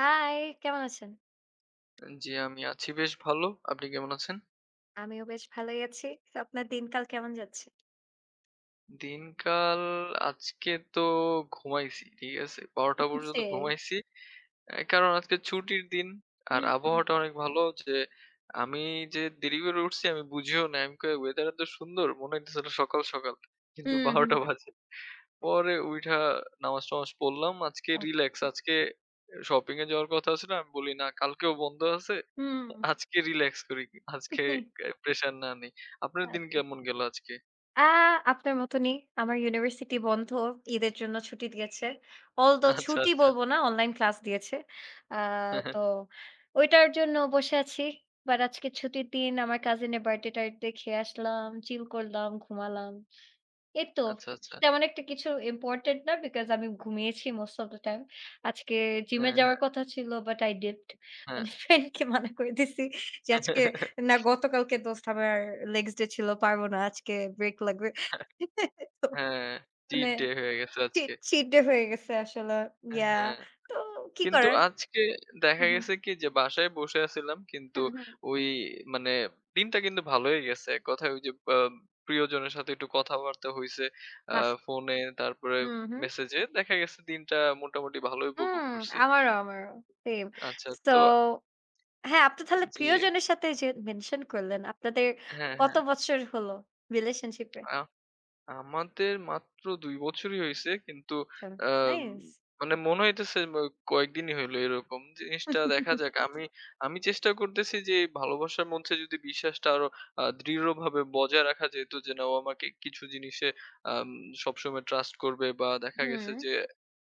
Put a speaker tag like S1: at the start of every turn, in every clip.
S1: High, কেমন আছেন?
S2: জি, আমি আছি বেশ ভালো। আপনি কেমন আছেন?
S1: আমিও বেশ ভালোই আছি। তো আপনার দিনকাল কেমন যাচ্ছে?
S2: দিনকাল আজকে তো ঘুমাইছি। ঠিক আছে? ১২টা পর্যন্ত
S1: সেই।
S2: ঘুমাইছি। কারণ আজকে ছুটির দিন। আর
S1: হুম, হুম।
S2: আবহাওয়াটা অনেক ভালো যে আমি যে দেরি করে উঠছি আমি বুঝিও নাই। আমি কই ওয়েদার এত সুন্দর মনে হইতেছিল সকাল, সকাল। কিন্তু
S1: হুম, হুম।
S2: ১২টা বাজে। পরে উইঠা নামাজ-টামাজ পড়লাম। আজকে
S1: আচ্ছা,
S2: রিল্যাক্স।
S1: আচ্ছা।
S2: শপিং এ যাওয়ার কথা ছিল। আমি বলি না কালকেও বন্ধ আছে।
S1: হুম।
S2: আজকে রিল্যাক্স করি। আজকে এ প্রেশার না নেই। আপনার দিন
S1: আচ্ছা।
S2: কেমন গেল আজকে?
S1: আ আপনার মতনই আমার ইউনিভার্সিটি বন্ধ। ঈদের জন্য ছুটি দিয়েছে। Although
S2: আচ্ছা,
S1: ছুটি
S2: আচ্ছা।
S1: বলবো না, অনলাইন ক্লাস দিয়েছে। আ তো ওইটার জন্য বসে আছি। বাট আজকে ছুটির দিন। আমার কাজিনের বার্থডে-টার্থডে খেয়ে আসলাম, চিল করলাম, ঘুমালাম। এই তো
S2: আচ্ছা, আচ্ছা।
S1: তেমন একটা কিছু ইম্পোর্টেন্ট না বিকজ আমি ঘুমিয়েছি মোস্ট অফ দ্যা টাইম। আজকে জিমে
S2: হ্যাঁ,
S1: যাওয়ার
S2: হ্যাঁ,
S1: কথা ছিল বাট আই ডিডন্ট
S2: হ্যাঁ।
S1: মানে ফ্রেন্ডকে মানা করে দিছি যে আজকে না গতকালকে দোস্ত আমার লেগস ডে ছিল পারব না আজকে ব্রেক লাগবে। তো
S2: হ্যাঁ, চিট
S1: মানে
S2: ডে হয়ে গেছে
S1: চি
S2: আজকে।
S1: চিট ডে হয়ে গেছে আসলে। ইয়া
S2: হ্যাঁ।
S1: তো কি
S2: কিন্তু
S1: করার?
S2: আজকে
S1: হু,
S2: দেখা
S1: হু,
S2: গেছে কি যে বাসায় বসে আছিলাম,
S1: হু,
S2: কিন্তু
S1: হু।
S2: ওই মানে দিনটা কিন্তু ভালোই গেছে। এক কথায় ওই যে আ প্রিয়জনের সাথে একটু কথাবার্তা হইছে। আ
S1: বাহ!
S2: ফোনে, তারপরে
S1: হু, হু।
S2: মেসেজে দেখা গেছে দিনটা মোটামুটি ভালোই উপভোগ
S1: হুম,
S2: করছি।
S1: আমারও সেম।
S2: আচ্ছা,
S1: সো
S2: তো
S1: হ্যাঁ, আপনি তাহলে
S2: জি।
S1: প্রিয়জনের সাথে যে মেনশন করলেন, আপনাদের
S2: হ্যাঁ,
S1: কত
S2: হ্যাঁ।
S1: বছর হলো রিলেশনশিপ এ?
S2: আ আমাদের মাত্র ২ বছরই হইছে কিন্তু আম
S1: নাইস।
S2: মানে মনে হইতেছে কয়েকদিনই হইলো এরকম। জিনিসটা দেখা যাক। আমি আমি চেষ্টা করতেছি যে এই ভালোবাসার মধ্যে যদি বিশ্বাসটা আরো দৃঢ়ভাবে বজায় রাখা যেত, যে না ও আমাকে কিছু জিনিসে আম সবসময় ট্রাস্ট করবে, বা দেখা
S1: হুম,
S2: গেছে যে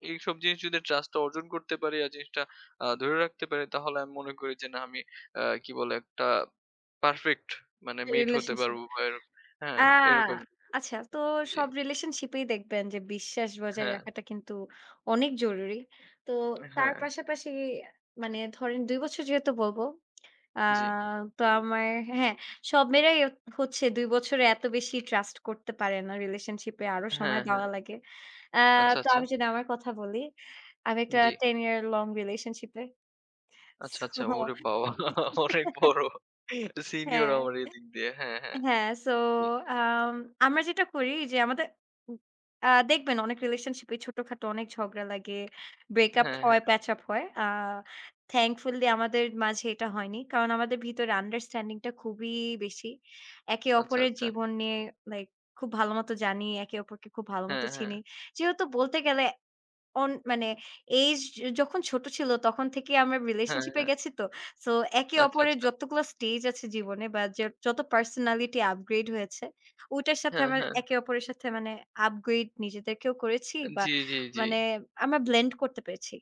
S2: এইসব জিনিস যদি ট্রাস্টটা অর্জন করতে পারি আর জিনিসটা ধরে রাখতে পারি, তাহলে আমি মনে করি যে না আমি আ কি বলে একটা পারফেক্ট মানে মেট হতে
S1: রিলেশনশিপ।
S2: পারবো বা
S1: আ
S2: হ্যাঁ, এরকম।
S1: আচ্ছা তো
S2: জি।
S1: সব রিলেশনশিপেই দেখবেন যে বিশ্বাস বজায়
S2: হ্যাঁ,
S1: রাখাটা কিন্তু অনেক জরুরি। তো তার
S2: হ্যাঁ।
S1: পাশাপাশি মানে ধরেন ২ বছর যেহেতু বলবো, আ
S2: জি।
S1: তো আমার হ্যাঁ, সব মেয়েরাই হচ্ছে ২ বছরে এত বেশি ট্রাস্ট করতে পারে না রিলেশনশিপে আরো
S2: হ্যাঁ,
S1: সময়
S2: হ্যাঁ।
S1: দেওয়া লাগে। আ
S2: আচ্ছা,
S1: তো
S2: আচ্ছা।
S1: আমি যদি আমার কথা বলি, আমি একটা
S2: জি।
S1: ১০ ইয়ার লং রিলেশনশিপে।
S2: আচ্ছা, আচ্ছা।
S1: সো
S2: ওরে বাবা! অনেক বড় সিনিয়র
S1: হ্যাঁ।
S2: আমার এদিক দিয়ে। হ্যাঁ, হ্যাঁ।
S1: হ্যাঁ, সো
S2: জি।
S1: আম আমরা যেটা করি যে আমাদের উম আ দেখবেন অনেক রিলেশনশিপ এ ছোটখাটো অনেক ঝগড়া লাগে, ব্রেকআপ
S2: হ্যাঁ,
S1: হয়,
S2: হ্যাঁ।
S1: প্যাচ আপ হয়। থ্যাঙ্কফুলি আমাদের মাঝে এটা হয়নি। কারণ আমাদের ভিতরে আন্ডারস্ট্যান্ডিং টা খুবই বেশি। একে
S2: আচ্ছা,
S1: অপরের
S2: আচ্ছা।
S1: জীবন নিয়ে লাইক খুব ভালোমতো জানি, একে অপরকে খুব
S2: হ্যাঁ,
S1: ভালোমতো
S2: হ্যাঁ।
S1: চিনি। যেহেতু বলতে গেলে অন মানে এইজ যখন ছোট ছিল তখন থেকেই আমরা
S2: হ্যাঁ,
S1: রিলেশনশিপ এ
S2: হ্যাঁ।
S1: গেছি তো। সো একে
S2: আচ্ছা,
S1: অপরের
S2: আচ্ছা।
S1: যতগুলো স্টেজ আছে জীবনে বা যত পার্সোনালিটি আপগ্রেড হয়েছে, ওইটার সাথে
S2: হ্যাঁ,
S1: আমরা
S2: হ্যাঁ।
S1: একে অপরের সাথে মানে আপগ্রেড নিজেদেরকেও করেছি বা
S2: জি, জি, জি।
S1: মানে আমরা ব্লেন্ড করতে পেরেছি।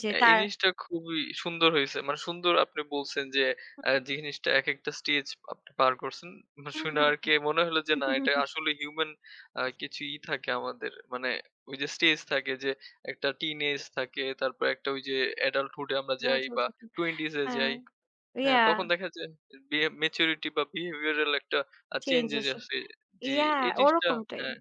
S1: যে
S2: হ্যাঁ, এই
S1: তার
S2: জিনিসটা খুবই সুন্দর হইছে। মানে সুন্দর আপনি বলছেন যে, জিনিসটা একেকটা স্টেজ আপনি পার করছেন। মানে
S1: হুম,
S2: শুইনা
S1: হুম,
S2: আরকি মনে হলো যে না
S1: হুম।
S2: এটা
S1: হুম,
S2: আসলে হিউমেন কিছু থাকে আমাদের। মানে ওই যে স্টেজ থাকে যে একটা টিন এজ থাকে, তারপর একটা ওই যে এডাল্টহুড এ আমরা
S1: এটাও
S2: যাই
S1: চলতে
S2: বা
S1: থাকে।
S2: 20s এ
S1: হ্যাঁ,
S2: যাই। হ্যাঁ,
S1: ইয়া
S2: তখন দেখা যায় ম্যাচুরিটি বা বিহেভিয়ারাল একটা
S1: চেঞ্জ
S2: চেঞ্জেস
S1: আসে।
S2: আসে। জি,
S1: ইয়া
S2: এই জিনিসটা
S1: ওরকমটাই।
S2: হ্যাঁ।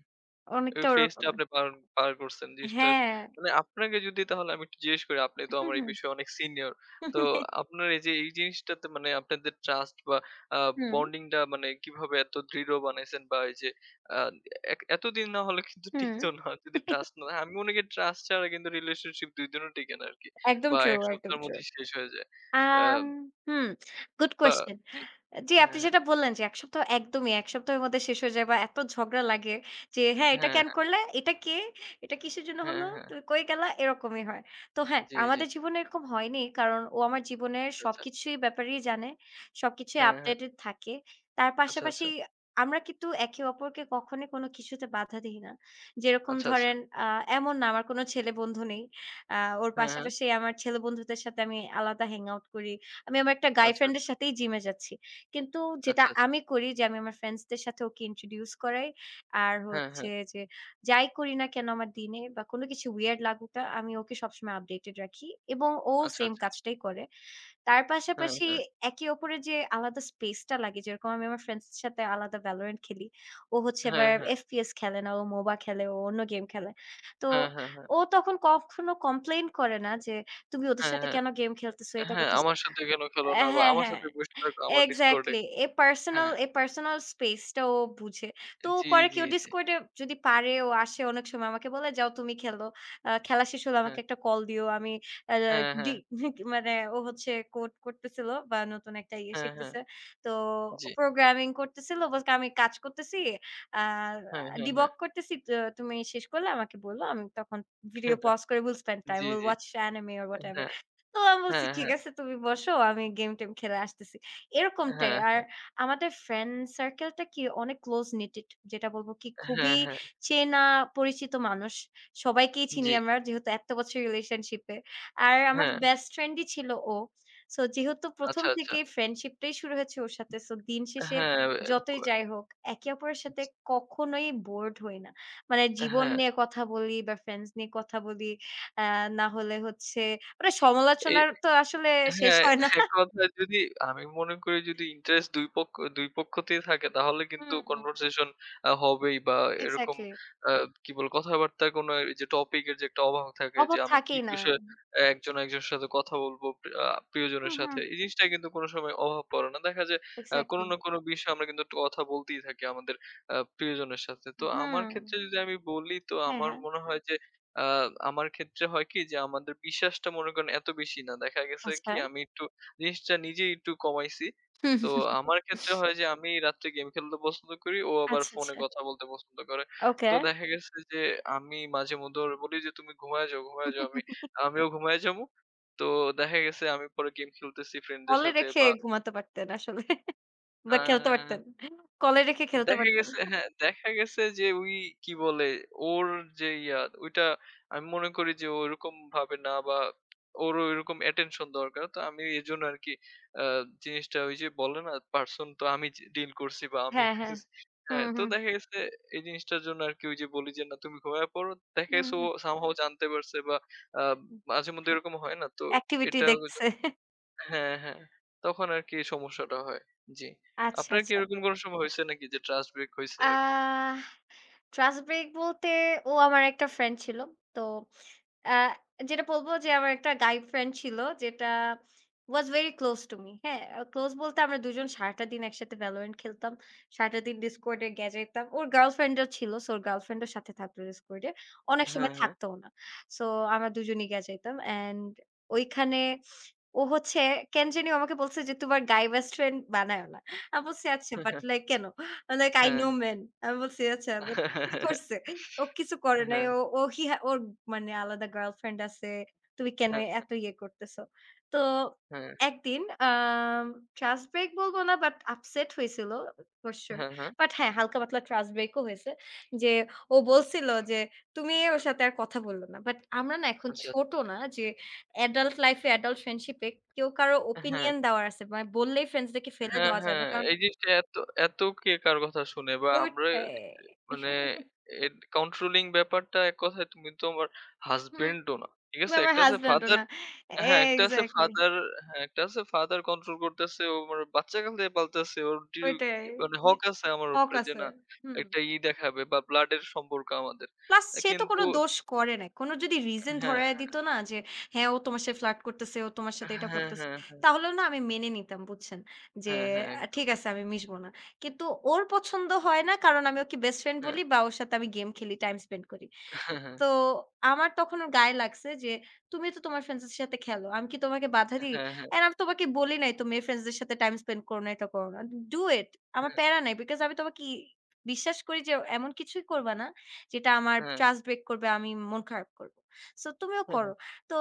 S2: ওই
S1: অনেকটা
S2: ফেজটা
S1: ওরকম।
S2: আপনি পার পার করছেন। জিনিসটা
S1: হ্যাঁ।
S2: মানে আপনাকে যদি তাহলে আমি একটু জিজ্ঞেস করি, আপনি তো
S1: হুম,
S2: আমার এই
S1: হুম।
S2: বিষয়ে অনেক সিনিয়র। তো আপনার এই যে এই জিনিসটাতে মানে আপনাদের ট্রাস্ট বা আ
S1: হুম,
S2: বন্ডিং টা মানে কিভাবে এত দৃঢ় বানাইছেন বা এই যে আ এক এতদিন না হলে কিন্তু
S1: হুম।
S2: টিকতো না যদি ট্রাস্ট না, আমি মনে করি ট্রাস্ট ছাড়া কিন্তু রিলেশনশিপ ২ জনের টিকে না আরকি।
S1: একদম
S2: বা
S1: ট্রু,
S2: ১
S1: একদম
S2: সপ্তাহের
S1: ট্রু।
S2: মধ্যেই শেষ হয়ে যায়। আ
S1: আম হুম, গুড
S2: বা
S1: কোয়েশ্চেন।
S2: জি।
S1: জি,
S2: হ্যাঁ,
S1: আপনি
S2: হ্যাঁ।
S1: যেটা বললেন যে ১ সপ্তাহ একদমই ১ সপ্তাহের মধ্যে শেষ হয়ে যায় বা এত ঝগড়া লাগে যে, "হ্যাঁ, এটা
S2: হ্যাঁ,
S1: কেন
S2: হ্যাঁ,
S1: করলা? এটা কে? এটা কিসের জন্য
S2: হ্যাঁ,
S1: হলো?
S2: হ্যাঁ।
S1: তুমি কই গেলা?" এরকমই হয়। তো হ্যাঁ,
S2: জি, জি।
S1: আমাদের জীবনে এরকম হয়নি। কারণ ও আমার জীবনের
S2: আচ্ছা, আচ্ছা।
S1: সবকিছুই ব্যাপারেই জানে। সবকিছুই
S2: হ্যাঁ, হ্যাঁ।
S1: আপডেটেড থাকে। তার
S2: আচ্ছা,
S1: পাশাপাশি
S2: আচ্ছা।
S1: আমরা কিন্তু একে অপরকে কখনোই কোনো কিছুতে বাধা দেই না। যেরকম
S2: আচ্ছা, আচ্ছা।
S1: ধরেন আ এমন না আমার কোনো ছেলে বন্ধু নেই। আ ওর
S2: হ্যাঁ, হ্যাঁ।
S1: পাশাপাশি আমার ছেলে বন্ধুদের সাথে আমি আলাদা হ্যাং আউট করি। আমি আমার একটা গাই
S2: আচ্ছা।
S1: ফ্রেন্ড এর সাথেই জিমে যাচ্ছি। কিন্তু যেটা
S2: আচ্ছা, আচ্ছা।
S1: আমি করি যে আমি আমার ফ্রেন্ডস দের সাথে ওকে ইন্ট্রোডিউস করাই। আর
S2: হ্যাঁ, হ্যাঁ।
S1: হচ্ছে যে যাই করি না কেন আমার দিনে বা কোনো কিছু উইয়ার্ড লাগুক না, আমি ওকে সবসময় আপডেটেড রাখি এবং ও
S2: আচ্ছা,
S1: সেম
S2: আচ্ছা।
S1: কাজটাই করে। তার
S2: হ্যাঁ,
S1: পাশাপাশি
S2: হ্যাঁ।
S1: একে অপরের যে আলাদা স্পেসটা লাগে, যেরকম আমি আমার ফ্রেন্ডস এর সাথে আলাদা Valorant খেলি। ও হচ্ছে
S2: হ্যাঁ,
S1: আবার
S2: হ্যাঁ।
S1: FPS খেলে না, ও MOBA খেলে, ও অন্য গেম খেলে। তো
S2: হ্যাঁ, হ্যাঁ, হ্যাঁ।
S1: ও তখন কখনো কমপ্লেইন করে না যে, "তুমি ওদের
S2: হ্যাঁ,
S1: সাথে
S2: হ্যাঁ।
S1: কেন গেম খেলতেছো? এটা
S2: হ্যাঁ,
S1: করতেছো।"
S2: আমার সাথে কেন খেলো না? বা
S1: হ্যাঁ,
S2: আমার
S1: হ্যাঁ।
S2: সাথে বসে থাকো আমার Discord এ।
S1: এক্সাক্টলি। এ পার্সোনাল
S2: হ্যাঁ।
S1: এ পার্সোনাল স্পেসটা ও বুঝে। তো ও
S2: জি,
S1: করে কি
S2: জি,
S1: ও
S2: জি।
S1: Discord এ যদি পারে ও আসে অনেক সময় আমাকে বলে, "যাও তুমি খেলো। খেলা শেষ হলে
S2: হ্যাঁ,
S1: আমাকে একটা কল দিও।" আমি আ
S2: হ্যাঁ,
S1: ডি
S2: হ্যাঁ।
S1: মানে ও হচ্ছে কোড করতেছিল বা নতুন একটা ইয়ে
S2: হ্যাঁ, হ্যাঁ।
S1: শিখতেছে। তো
S2: জি।
S1: প্রোগ্রামিং করতেছিল। বলছে, "আমি কাজ করতেছি। আ
S2: হ্যাঁ, হ্যাঁ, হ্যাঁ।
S1: ডিবাগ করতেছি। তো তুমি শেষ করলে আমাকে বলো।" আমি তখন ভিডিও পজ করে, "We'll spend time.
S2: G,
S1: We'll
S2: G.
S1: watch anime or whatever."
S2: হ্যাঁ,
S1: তো আমি বলছি,
S2: হ্যাঁ,
S1: "ঠিক
S2: হ্যাঁ।
S1: আছে তুমি বসো। আমি গেম-টেম খেলে আসতেছি।" এরকমটাই। আর
S2: হ্যাঁ,
S1: আমাদের ফ্রেন্ড সার্কেলটা কি অনেক ক্লোজ knitted যেটা বলব কি
S2: হ্যাঁ,
S1: খুবই
S2: হ্যাঁ।
S1: চেনা পরিচিত মানুষ। সবাইকেই চিনি
S2: জি।
S1: আমরা যেহেতু এত বছর রিলেশনশিপে। আর আমার
S2: হ্যাঁ।
S1: বেস্ট ফ্রেন্ডই ছিল ও। সো যেহেতু প্রথম
S2: আচ্ছা, আচ্ছা।
S1: থেকেই ফ্রেন্ডশিপটাই শুরু হয়েছে ওর সাথে। সো দিন শেষে
S2: হ্যাঁ, এ ব
S1: যতই যাই হোক, একে অপরের সাথে কখনোই বোরড হই না। মানে জীবন
S2: হ্যাঁ।
S1: নিয়ে কথা বলি বা ফ্রেন্ডস নিয়ে কথা বলি। আ না হলে হচ্ছে মানে সমালোচনার
S2: এ
S1: তো আসলে শেষ
S2: হ্যাঁ,
S1: হয় না।
S2: এক কথায় যদি আমি মনে করি যদি ইন্টারেস্ট দুই পক্ষ দুই পক্ষতেই থাকে, তাহলে কিন্তু
S1: হুম,
S2: কনভারসেশন হবেই, বা এরকম
S1: এক্সাক্টলি।
S2: আ কি বলবো কথাবার্তার কোনো এইযে টপিক এর যে একটা অভাব থাকে যে
S1: অভাব
S2: আমি কি
S1: থাকেই না।
S2: বিষয়ে একজন একজনের সাথে কথা বলবো আ প্রিয়জনের
S1: হুম,
S2: সাথে।
S1: হুম।
S2: এই জিনিসটা কিন্তু কোনো সময় অভাব পড়ে না। দেখা যায় কোনো
S1: এক্সাক্টলি।
S2: না কোনো বিষয়ে আমরা কিন্তু একটু কথা বলতেই থাকি আমাদের প্রিয়জনের সাথে। তো আমার
S1: হুম।
S2: ক্ষেত্রে যদি আমি বলি, তো
S1: হ্যাঁ,
S2: আমার
S1: হ্যাঁ।
S2: মনে হয় যে আ আমার ক্ষেত্রে হয় কি যে আমাদের বিশ্বাসটা মনে করেন এত বেশি না। দেখা গেছে কি
S1: আচ্ছা।
S2: আমি একটু জিনিসটা নিজেই একটু কমাইছি।
S1: হুম,
S2: তো আমার ক্ষেত্রে হয় যে আমি রাত্রে গেম খেলতে পছন্দ করি, ও আবার
S1: আচ্ছা,
S2: ফোনে
S1: আচ্ছা।
S2: কথা বলতে পছন্দ করে। তো
S1: ওকে।
S2: দেখা গেছে যে আমি মাঝে-মধ্যে ওরে বলি যে, "তুমি ঘুমায়া যাও, ঘুমায়া যাও।" আমিও ঘুমায়া যাবো। তো দেখা গেছে আমি পরে গেম খেলতেছি ফ্রেন্ডদের
S1: কলে
S2: সাথে
S1: রেখে
S2: বা
S1: ঘুমাতে পারতেন আসলে
S2: আ
S1: বা খেলতে পারতেন। কলে রেখে খেলতে
S2: দেখা
S1: পারতেন।
S2: গেছে হ্যাঁ, দেখা গেছে যে ওই কি বলে ওর যে ইয়া ওইটা আমি মনে করি যে ওরকম ভাবে না, বা ওরও এরকম attention দরকার। তো আমি এজন্য আরকি আ জিনিসটা ওই যে বলে না person, তো আমি যে ডিল করছি বা আমি
S1: হ্যাঁ, হ্যাঁ।
S2: ফেস হ্যাঁ,
S1: হুম,
S2: তো
S1: হুম।
S2: দেখা গেছে এই জিনিসটার জন্য আরকি ওই যে বলি যে না তুমি ঘুমায়ে পড়ো। দেখা
S1: হুম,
S2: গেছে ও
S1: হুম,
S2: somehow জানতে পারছে বা আ
S1: হুম।
S2: মাঝে মধ্যে এরকম হয় না? তো
S1: অ্যাক্টিভিটি
S2: এটা
S1: দেখছে।
S2: হ্যাঁ, হ্যাঁ। তখন আরকি এই সমস্যাটা হয়। জি।
S1: আচ্ছা,
S2: আপনার কি
S1: আচ্ছা।
S2: এরকম কোনো সময় হইছে নাকি যে ট্রাস্ট ব্রেক হইছে
S1: আ
S2: এরকম?
S1: ট্রাস্ট ব্রেক বলতে ও আমার একটা ফ্রেন্ড ছিল। তো আ যেটা বলব যে আমার একটা গাই ফ্রেন্ড ছিল যেটা was very close to me হ্যাঁ? ক্লোজ বলতে আমরা ২ জন সারাটা দিন একসাথে Valorant খেলতাম। সারাটা দিন Discord এ গেজাইতাম। ওর গার্লফ্রেন্ড ও ছিল। সো ওর গার্লফ্রেন্ড এর সাথে থাকতো Discord এ। অনেক
S2: হ্যাঁ,
S1: সময়
S2: হ্যাঁ।
S1: থাকতোও না। সো আমরা দুজনেই গেজাইতাম। অ্যান্ড ওইখানে ও হচ্ছে কেন জানি আমাকে বলছে যে, "তোমার গাই বেস্ট ফ্রেন্ড বানায়ও না।" আমি বলছি, "আচ্ছা বাট
S2: হ্যাঁ।
S1: লাইক কেন?" লাইক, "I
S2: হ্যাঁ,
S1: know men" আমি বলছি, "আচ্ছা বাট" কি করছে? ও কিছু করে নাই।
S2: হ্যাঁ,
S1: ও ও হি হ্যাঁ, ওর মানে আলাদা গার্লফ্রেন্ড আছে। তুমি কেন
S2: হ্যাঁ,
S1: এত ইয়ে করতেছো? তো একদিন আম ট্রাশ ব্রেক বলব না বাট আপসেট হইছিল ফর সিউর।
S2: হ্যাঁ, হ্যাঁ।
S1: বাট হ্যাঁ, হালকা পাতলা ট্রাশ ব্রেক ও হয়েছে। যে ও বলছিল যে, "তুমি ওর সাথে আর কথা বললো না।" বাট আমরা না এখন
S2: আচ্ছা,
S1: ছোট
S2: আচ্ছা।
S1: না যে এডাল্ট লাইফ এ এডাল্ট ফ্রেন্ডশিপ এ কেউ কারো
S2: হ্যাঁ,
S1: ওপিনিয়ন দেওয়ার আছে। মানে বললেই ফ্রেন্ডস দেরকে ফেলে
S2: হ্যাঁ,
S1: দেওয়া যায়
S2: হ্যাঁ।
S1: না। কারণ
S2: এই জিনিসটা এত এত কে কার কথা শুনে বা আমরা
S1: ওটাই।
S2: মানে এর কন্ট্রোলিং ব্যাপারটা, এক কথায় তুমি তোমার
S1: হুম।
S2: হাসব্যান্ড ও না। ঠিক
S1: তুমি
S2: আছে?
S1: আমার
S2: একটা আছে
S1: হাসব্যান্ড ও
S2: ফাদার
S1: না।
S2: হ্যাঁ, একটা আছে
S1: এক্সাক্টলি
S2: ফাদার হ্যাঁ, একটা আছে ফাদার কন্ট্রোল করতেছে। ও আমার বাচ্চাকাল থেকে পালতেছে। ওর ডিউ
S1: ওইটাই।
S2: মানে
S1: জি
S2: হক আছে আমার
S1: শখ
S2: উপরে যে
S1: আছে।
S2: না
S1: হুম।
S2: একটা ই দেখাবে বা ব্লাড এর সম্পর্ক আমাদের।
S1: প্লাস
S2: আ
S1: সে তো
S2: কিন্তু
S1: কোন দোষ করে নাই। কোন যদি রিজন
S2: হ্যাঁ,
S1: ধরায় দিত না যে, হ্যাঁ, ও তোমার সাথে ফ্লার্ট করতেছে, ও তোমার সাথে এটা
S2: হ্যাঁ,
S1: করতেছে।
S2: হ্যাঁ,
S1: তাহলেও না আমি মেনে নিতাম বুঝছেন? যে
S2: হ্যাঁ, হ্যাঁ, একদম।
S1: ঠিক আছে আমি মিশবো না। কিন্তু ওর পছন্দ হয় না কারণ আমি ওকে বেস্ট ফ্রেন্ড
S2: হ্যাঁ,
S1: বলি বা ওর সাথে আমি গেম খেলি, টাইম স্পেন্ড করি।
S2: হ্যাঁ, হ্যাঁ,
S1: তো আমার তখন ওর গায়ে লাগছে যে, "তুমি তো তোমার ফ্রেন্ডস এর সাথে খেলো। আমি কি তোমাকে বাধা দিই?
S2: হ্যাঁ, হ্যাঁ,
S1: অ্যান্ড আমি তোমাকে বলি নাই তুমি এই ফ্রেন্ডস দের সাথে টাইম স্পেন্ড করো না, এটা করো না। Do it. আমার
S2: হ্যাঁ,
S1: প্যারা নাই। বিকজ আমি তোমাকে বিশ্বাস করি যে এমন কিছুই করবা না যেটা আমার
S2: হ্যাঁ,
S1: ট্রাস্ট ব্রেক করবে, আমি মন খারাপ করব। সো তুমিও
S2: হ্যাঁ, হ্যাঁ,
S1: করো।" তো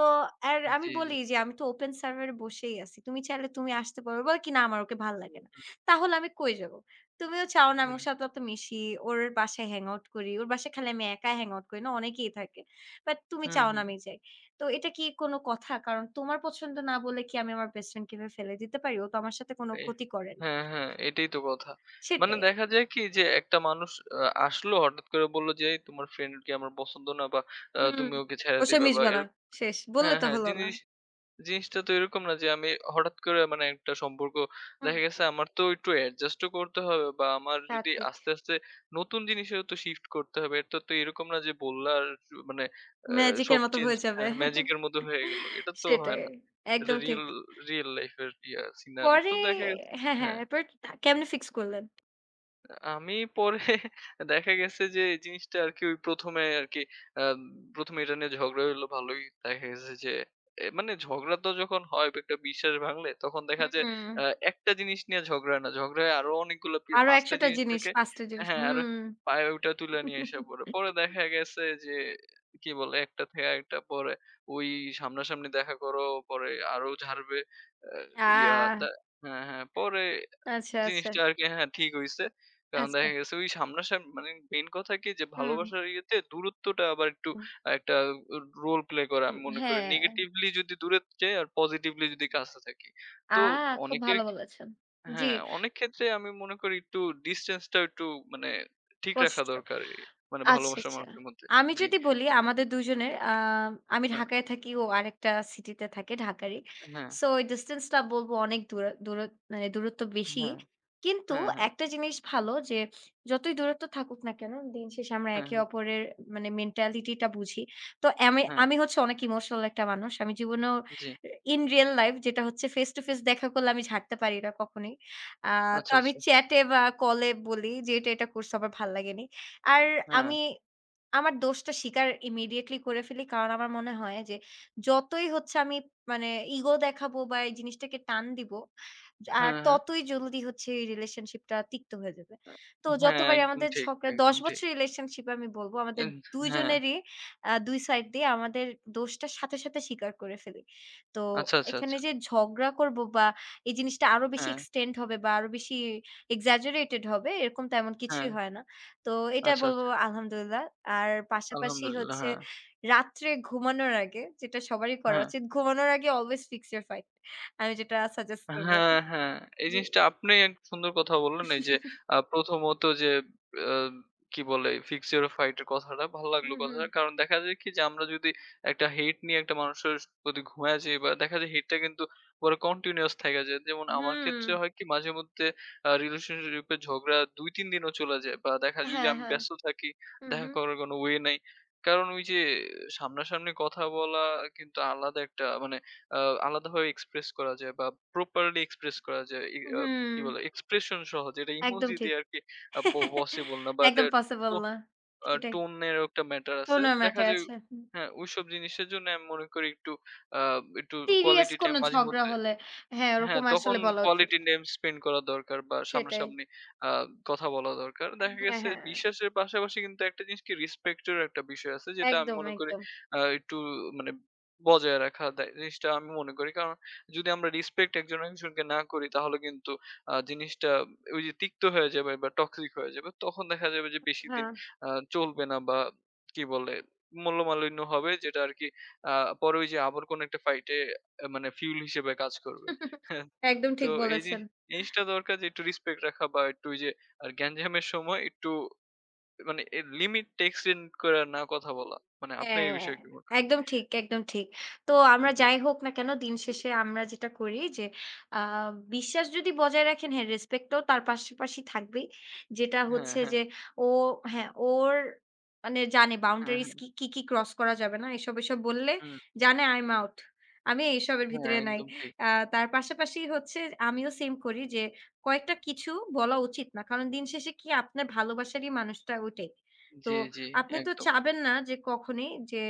S1: আর
S2: জি,
S1: আমি বলি
S2: জি।
S1: যে, "আমি তো ওপেন সার্ভার এ বসেই আছি। তুমি চাইলে তুমি আসতে পারো।" বলে কি, "না আমার ওকে ভাল লাগে না।" তাহলে আমি কই যাব? তুমিও চাও না আমি
S2: হুম,
S1: ওর সাথে অত মিশি। ওর বাসায় হ্যাং আউট করি। ওর বাসায় খালি আমি একা হ্যাং আউট করি না, অনেকেই থাকে। বাট তুমি
S2: হুম,
S1: চাও না
S2: হুম,
S1: আমি যাই। তো এটা কি কোনো কথা? কারণ তোমার পছন্দ না বলে কি আমি আমার বেস্ট ফ্রেন্ড কিভাবে ফেলে দিতে পারি? ও তো আমার সাথে কোনো
S2: এই
S1: ক্ষতি করেনি।
S2: হ্যাঁ, হ্যাঁ, এটাই তো কথা। মানে
S1: সেটাই।
S2: দেখা যায় কি যে একটা মানুষ আ আসলো হঠাৎ করে, বলল যে, "এই তোমার ফ্রেন্ড কে আমার পছন্দ না বা
S1: হুম।
S2: তুমি ওকে ছেড়ে
S1: ওর সাথে
S2: দিবা" বা
S1: মিশবো না।
S2: এরকম
S1: শেষ। বললে
S2: হ্যাঁ,
S1: তো
S2: হ্যাঁ।
S1: হলো না।
S2: জিনিসটা তো এরকম না যে আমি হঠাৎ করে মানে একটা সম্পর্ক
S1: হুম,
S2: দেখা গেছে আমার তো একটু অ্যাডজাস্ট ও করতে হবে, বা আমার
S1: তা
S2: যদি
S1: ঠিক।
S2: আস্তে, আস্তে নতুন জিনিসেও তো শিফট করতে হবে। এটা তো এরকম না যে বললা আর মানে আ
S1: ম্যাজিকের
S2: সব
S1: মতো
S2: চেঞ্জ
S1: হয়ে যাবে।
S2: হ্যাঁ, ম্যাজিকের মতো হয়ে গেল। এটা তো হয়
S1: সেটাই।
S2: না। এটা
S1: একদম ঠিক।
S2: রিয়েল, রিয়েল লাইফ এর ইয়া সিনারি তো
S1: পরে
S2: দেখা গেছে
S1: হ্যাঁ, হ্যাঁ।
S2: হ্যাঁ।
S1: এরপর তা কেমনে ফিক্স করলেন?
S2: আমি পরে দেখা গেছে যে এই জিনিসটা আরকি ওই ১ম এ আরকি আ ১ম এ এটা নিয়ে ঝগড়া হইলো ভালোই। দেখা গেছে যে মানে ঝগড়া তো যখন হয় একটা বিশ্বাস ভাঙলে, তখন দেখা যায়
S1: হুম।
S2: আ একটা জিনিস নিয়ে ঝগড়া হয় না। ঝগড়া হয় আরো অনেকগুলো,
S1: আরো
S2: ৫
S1: ১০০
S2: টা
S1: টা
S2: জিনিস
S1: জিনিস,
S2: থাকে,
S1: ৫ টা জিনিস।
S2: হ্যাঁ, আর
S1: হুম।
S2: পায়ে ওইটা তুলে নিয়ে এসে পড়ে। পরে দেখা গেছে যে কি বলে একটা থেকে আরেকটা পরে ওই সামনাসামনি দেখা করো, পরে আরো ঝাড়বে। আ ইয়া দা
S1: আ
S2: হ্যাঁ, হ্যাঁ, পরে
S1: আচ্ছা, আচ্ছা,
S2: জিনিসটা আরকি হ্যাঁ, ঠিক হইছে। কারণ
S1: আচ্ছা।
S2: দেখা গেছে ওই সামনাসামনি, মানে মেইন কথা কি যে
S1: হুম।
S2: ভালোবাসার ইয়েতে দূরত্বটা আবার একটু একটা রোল প্লে করে আমি মনে করি।
S1: হ্যাঁ,
S2: নেগেটিভলি যদি দূরে যাই আর পজিটিভলি যদি কাছে থাকি।
S1: আ
S2: তো
S1: খুব
S2: অনেকের
S1: ভালো বলেছেন। জি,
S2: হ্যাঁ, অনেক ক্ষেত্রে আমি মনে করি একটু ডিসট্যান্সটা একটু মানে ঠিক রাখা
S1: কষ্ট।
S2: দরকার। মানে
S1: আচ্ছা,
S2: ভালোবাসার
S1: আচ্ছা।
S2: মানুষের মধ্যে।
S1: আমি
S2: জি।
S1: যদি বলি আমাদের ২ জনের আমি
S2: হ্যাঁ,
S1: ঢাকায় থাকি, ও আরেকটা সিটিতে থাকে ঢাকারই।
S2: হ্যাঁ,
S1: সো এই ডিসট্যান্স টা বলব অনেক দূরা দূর মানে দূরত্ব বেশি।
S2: হ্যাঁ,
S1: কিন্তু
S2: হ্যাঁ, হ্যাঁ,
S1: একটা জিনিস ভালো যে যতই দূরত্ব থাকুক না কেন, দিন শেষে আমরা
S2: হ্যাঁ,
S1: একে
S2: হ্যাঁ,
S1: অপরের মানে মেন্টালিটি টা বুঝি। তো আমি
S2: হ্যাঁ,
S1: আমি হচ্ছে অনেক ইমোশনাল একটা মানুষ। আমি জীবনেও
S2: জি।
S1: ইন রিয়াল লাইফ যেটা হচ্ছে ফেস টু ফেস দেখা করলে আমি ঝাড়তে পারি না কখনোই। আ তো
S2: আচ্ছা,
S1: আমি
S2: আচ্ছা।
S1: চ্যাটে বা কলে বলি যে, "এটা, এটা করছো আমার ভাল লাগেনি।" আর
S2: হ্যাঁ,
S1: আমি আমার দোষটা স্বীকার ইমিডিয়েটলি করে ফেলি। কারণ আমার মনে হয় যে, যতই হচ্ছে আমি মানে ইগো দেখাবো বা এই জিনিসটাকে টান দিব, আর
S2: হ্যাঁ, হ্যাঁ।
S1: ততই জলদি হচ্ছে এই রিলেশনশিপটা তিক্ত হয়ে যাবে। তো
S2: হ্যাঁ,
S1: যতবারই
S2: একদম
S1: আমাদের
S2: ঠিক,
S1: ঝগড়া
S2: একদম
S1: ১০
S2: ঠিক।
S1: বছর রিলেশনশিপ আমি বলব আমাদের
S2: এন
S1: ২
S2: হ্যাঁ।
S1: জনেরই ২ সাইড দিয়ে আমাদের দোষটা সাথে, সাথে স্বীকার করে ফেলি। তো
S2: আচ্ছা, আচ্ছা,
S1: এখানে
S2: আচ্ছা।
S1: যে ঝগড়া করব বা এই জিনিসটা আরো বেশি
S2: হ্যাঁ,
S1: এক্সটেন্ড হবে বা আরো বেশি এক্সাজারেটেড হবে এরকম তেমন
S2: হ্যাঁ।
S1: কিছুই হয় না। তো এটা
S2: আচ্ছা,
S1: বলবো
S2: আচ্ছা।
S1: আলহামদুলিল্লাহ। আর পাশাপাশি
S2: আলহামদুলিল্লাহ।
S1: হচ্ছে
S2: হ্যাঁ,
S1: রাত্রে ঘুমানোর আগে যেটা সবারই করা
S2: হ্যাঁ।
S1: উচিত, ঘুমানোর আগে অলওয়েজ ফিক্স ইউর ফাইট। আমি যেটা সাজেস্ট করব
S2: হ্যাঁ, হ্যাঁ। এই
S1: যে
S2: জিনিসটা আপনি এক সুন্দর কথা বললেন। এই যে আ প্রথমত যে আ কি বলে fix your fight এর কথাটা ভালো লাগলো
S1: হুম, হুম,
S2: কথাটা। কারণ দেখা যায় কি যে আমরা যদি একটা hate নিয়ে একটা মানুষের প্রতি ঘুমায়া যাই, বা দেখা যায় hate টা কিন্তু পরে continuous থাইকা যায়। যেমন আমার ক্ষেত্রে
S1: হুম।
S2: হয় কি মাঝেমধ্যে relationship এর ঝগড়া ২-৩ দিনও চলে যায়। বা দেখা যায় যদি
S1: হ্যাঁ,
S2: আমি
S1: হ্যাঁ।
S2: ব্যস্ত থাকি,
S1: হুম,
S2: দেখা
S1: হুম,
S2: করার কোনো way নাই। কারণ ওই যে সামনাসামনি কথা বলা কিন্তু আলাদা একটা মানে আ আলাদাভাবে এক্সপ্রেস করা যায় বা প্রপারলি এক্সপ্রেস করা যায়। ই আ
S1: হুম।
S2: কি বলে এক্সপ্রেশন সহ যেটা
S1: একদম
S2: ইমোজি
S1: ঠিক।
S2: দিয়ে আরকি আ প পসিবল না। বাট এ
S1: একদম পসিবল
S2: টো
S1: না।
S2: আ
S1: সেটাই।
S2: টোন এরও একটা ম্যাটার আছে।
S1: টোন এর
S2: দেখা
S1: ম্যাটার
S2: যায়
S1: আছে। হুম।
S2: হ্যাঁ, ওইসব জিনিসের জন্য আমি মনে করি একটু আ একটু
S1: সিরিয়াস
S2: কোয়ালিটি টাইম
S1: কোনো ঝগড়া
S2: মাঝেমধ্যে
S1: হলে হ্যাঁ,
S2: হ্যাঁ,
S1: ওরকম
S2: তখন
S1: আসলে বলা উচিত।
S2: quality name spend করা দরকার বা
S1: সেটাই।
S2: সামনাসামনি আ কথা বলা দরকার। দেখা
S1: হ্যাঁ,
S2: গেছে
S1: হ্যাঁ।
S2: বিশ্বাসের পাশাপাশি কিন্তু একটা জিনিস কি respect এরও একটা বিষয় আছে যেটা আমি
S1: একদম,
S2: মনে করি
S1: একদম।
S2: আ একটু মানে বজায় রাখা দেয় জিনিসটা আমি মনে করি। কারণ যদি আমরা respect একজন একজনকে না করি, তাহলে কিন্তু জিনিসটা ওই যে তিক্ত হয়ে যাবে বা toxic হয়ে যাবে। তখন দেখা যাবে যে বেশিদিন
S1: হ্যাঁ।
S2: আ চলবে না বা কি বলে মূল্যমালিন্য হবে, যেটা আরকি আ পরে ওই যে আবার কোনো একটা fight এ মানে fuel হিসেবে কাজ করবে। হ্যাঁ,
S1: একদম
S2: তো
S1: ঠিক
S2: এই
S1: বলেছেন।
S2: জিনিস জিনিসটা দরকার যে একটু রেসপেক্ট রাখা বা একটু ওই যে আর গ্যাঞ্জামের সময় একটু মানে লিমিট এক্সটেন্ড করে না কথা বলা। মানে আপনি এই
S1: হ্যাঁ,
S2: বিষয়ে কি মনে হয়?
S1: একদম ঠিক, একদম ঠিক। তো আমরা
S2: জি।
S1: যাই হোক না কেন দিন শেষে আমরা যেটা করি যে আ বিশ্বাস যদি বজায় রাখেন হ্যাঁ, রেসপেক্টটাও তার পাশাপাশি থাকবেই। যেটা
S2: হ্যাঁ,
S1: হচ্ছে
S2: হ্যাঁ,
S1: যে ও হ্যাঁ, ওর মানে জানে
S2: হ্যাঁ,
S1: বাউন্ডারিজ
S2: হ্যাঁ,
S1: কি, কি, কি ক্রস করা যাবে না। এসব, এসব বললে
S2: হুম,
S1: জানে আই এম আউট। আমি এইসবের
S2: হ্যাঁ,
S1: ভিতরে নাই।
S2: একদম ঠিক।
S1: আ তার পাশাপাশি হচ্ছে আমিও সেম করি যে কয়েকটা কিছু বলা উচিত না। কারণ দিন শেষে কি আপনার ভালোবাসারই মানুষটা ওইটাই। তো
S2: জি, জি,
S1: আপনি তো
S2: একদম,
S1: চাবেন না যে কখনই যে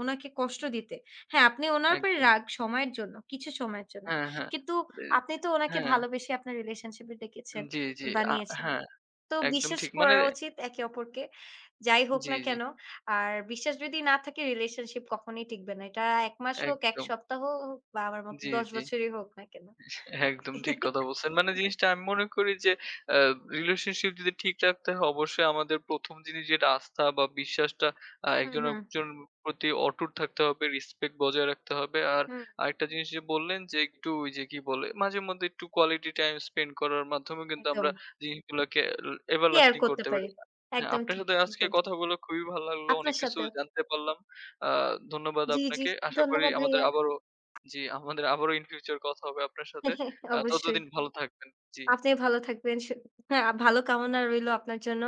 S1: উনাকে কষ্ট দিতে। হ্যাঁ, আপনি উনার উপরে
S2: একদম।
S1: রাগ সময়ের জন্য, কিছু সময়ের জন্য।
S2: হ্যাঁ, হ্যাঁ,
S1: কিন্তু
S2: এ
S1: আপনি তো উনাকে
S2: হ্যাঁ,
S1: ভালোবেসে আপনার রিলেশনশিপ এ ডেকেছেন
S2: জি, জি,
S1: বা
S2: আ
S1: নিয়েছেন।
S2: হ্যাঁ,
S1: তো
S2: একদম
S1: বিশ্বাস
S2: ঠিক। মানে
S1: করা উচিত একে অপরকে। যাই হোক
S2: জি,
S1: না
S2: জি,
S1: কেন। আর বিশ্বাস যদি না থাকে রিলেশনশিপ কখনোই টিকবে না। এটা ১ মাস হোক, ১
S2: একদম।
S1: সপ্তাহ হোক বা আমার মত
S2: জি,
S1: ১০
S2: জি।
S1: বছরই হোক না কেন।
S2: একদম ঠিক কথা বলছেন। মানে জিনিসটা আমি মনে করি যে আ রিলেশনশিপ যদি ঠিক রাখতে হয়, অবশ্যই আমাদের ১ম জিনিস যেটা আস্থা বা বিশ্বাসটা
S1: হুম,
S2: একজন
S1: হুম,
S2: আরেকজনের প্রতি অটুট থাকতে হবে, রেসপেক্ট বজায় রাখতে হবে। আর
S1: হুম,
S2: আরেকটা জিনিস যে বললেন যে একটু ওই যে কি বলে মাঝেমধ্যে একটু কোয়ালিটি টাইম স্পেন্ড করার মাধ্যমেও কিন্তু
S1: একদম।
S2: আমরা জিনিসগুলোকে
S1: কি আর
S2: এভারলাস্টিং
S1: করতে
S2: করতে পারি।
S1: পারি?
S2: হ্যাঁ,
S1: একদম
S2: আপনার
S1: ঠিক,
S2: সাথে আজকে
S1: একদম ঠিক।
S2: কথা বলে খুবই ভালো লাগলো। অনেক
S1: আপনার
S2: কিছু
S1: সাথেও।
S2: জানতে পারলাম। আ ধন্যবাদ
S1: জি, জি।
S2: আপনাকে। আশা করি
S1: ধন্যবাদ
S2: আমাদের
S1: ভাইয়া।
S2: আবারও জি, আমাদের আবারও ইন ফিউচার কথা হবে আপনার সাথে।
S1: অবশ্যই।
S2: ততদিন ভালো থাকবেন। জি,
S1: আপনিও ভালো থাকবেন। সু হ্যাঁ, ভালো কামনা রইলো আপনার জন্য।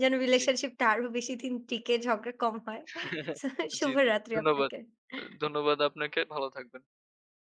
S1: যেন
S2: জি।
S1: রিলেশনশিপটা আরো বেশি দিন টিকে, ঝগড়া কম হয়। সো
S2: জি, জি।
S1: শুভরাত্রি
S2: ধন্যবাদ।
S1: আপনাকে।
S2: ধন্যবাদ আপনাকে। ভালো থাকবেন।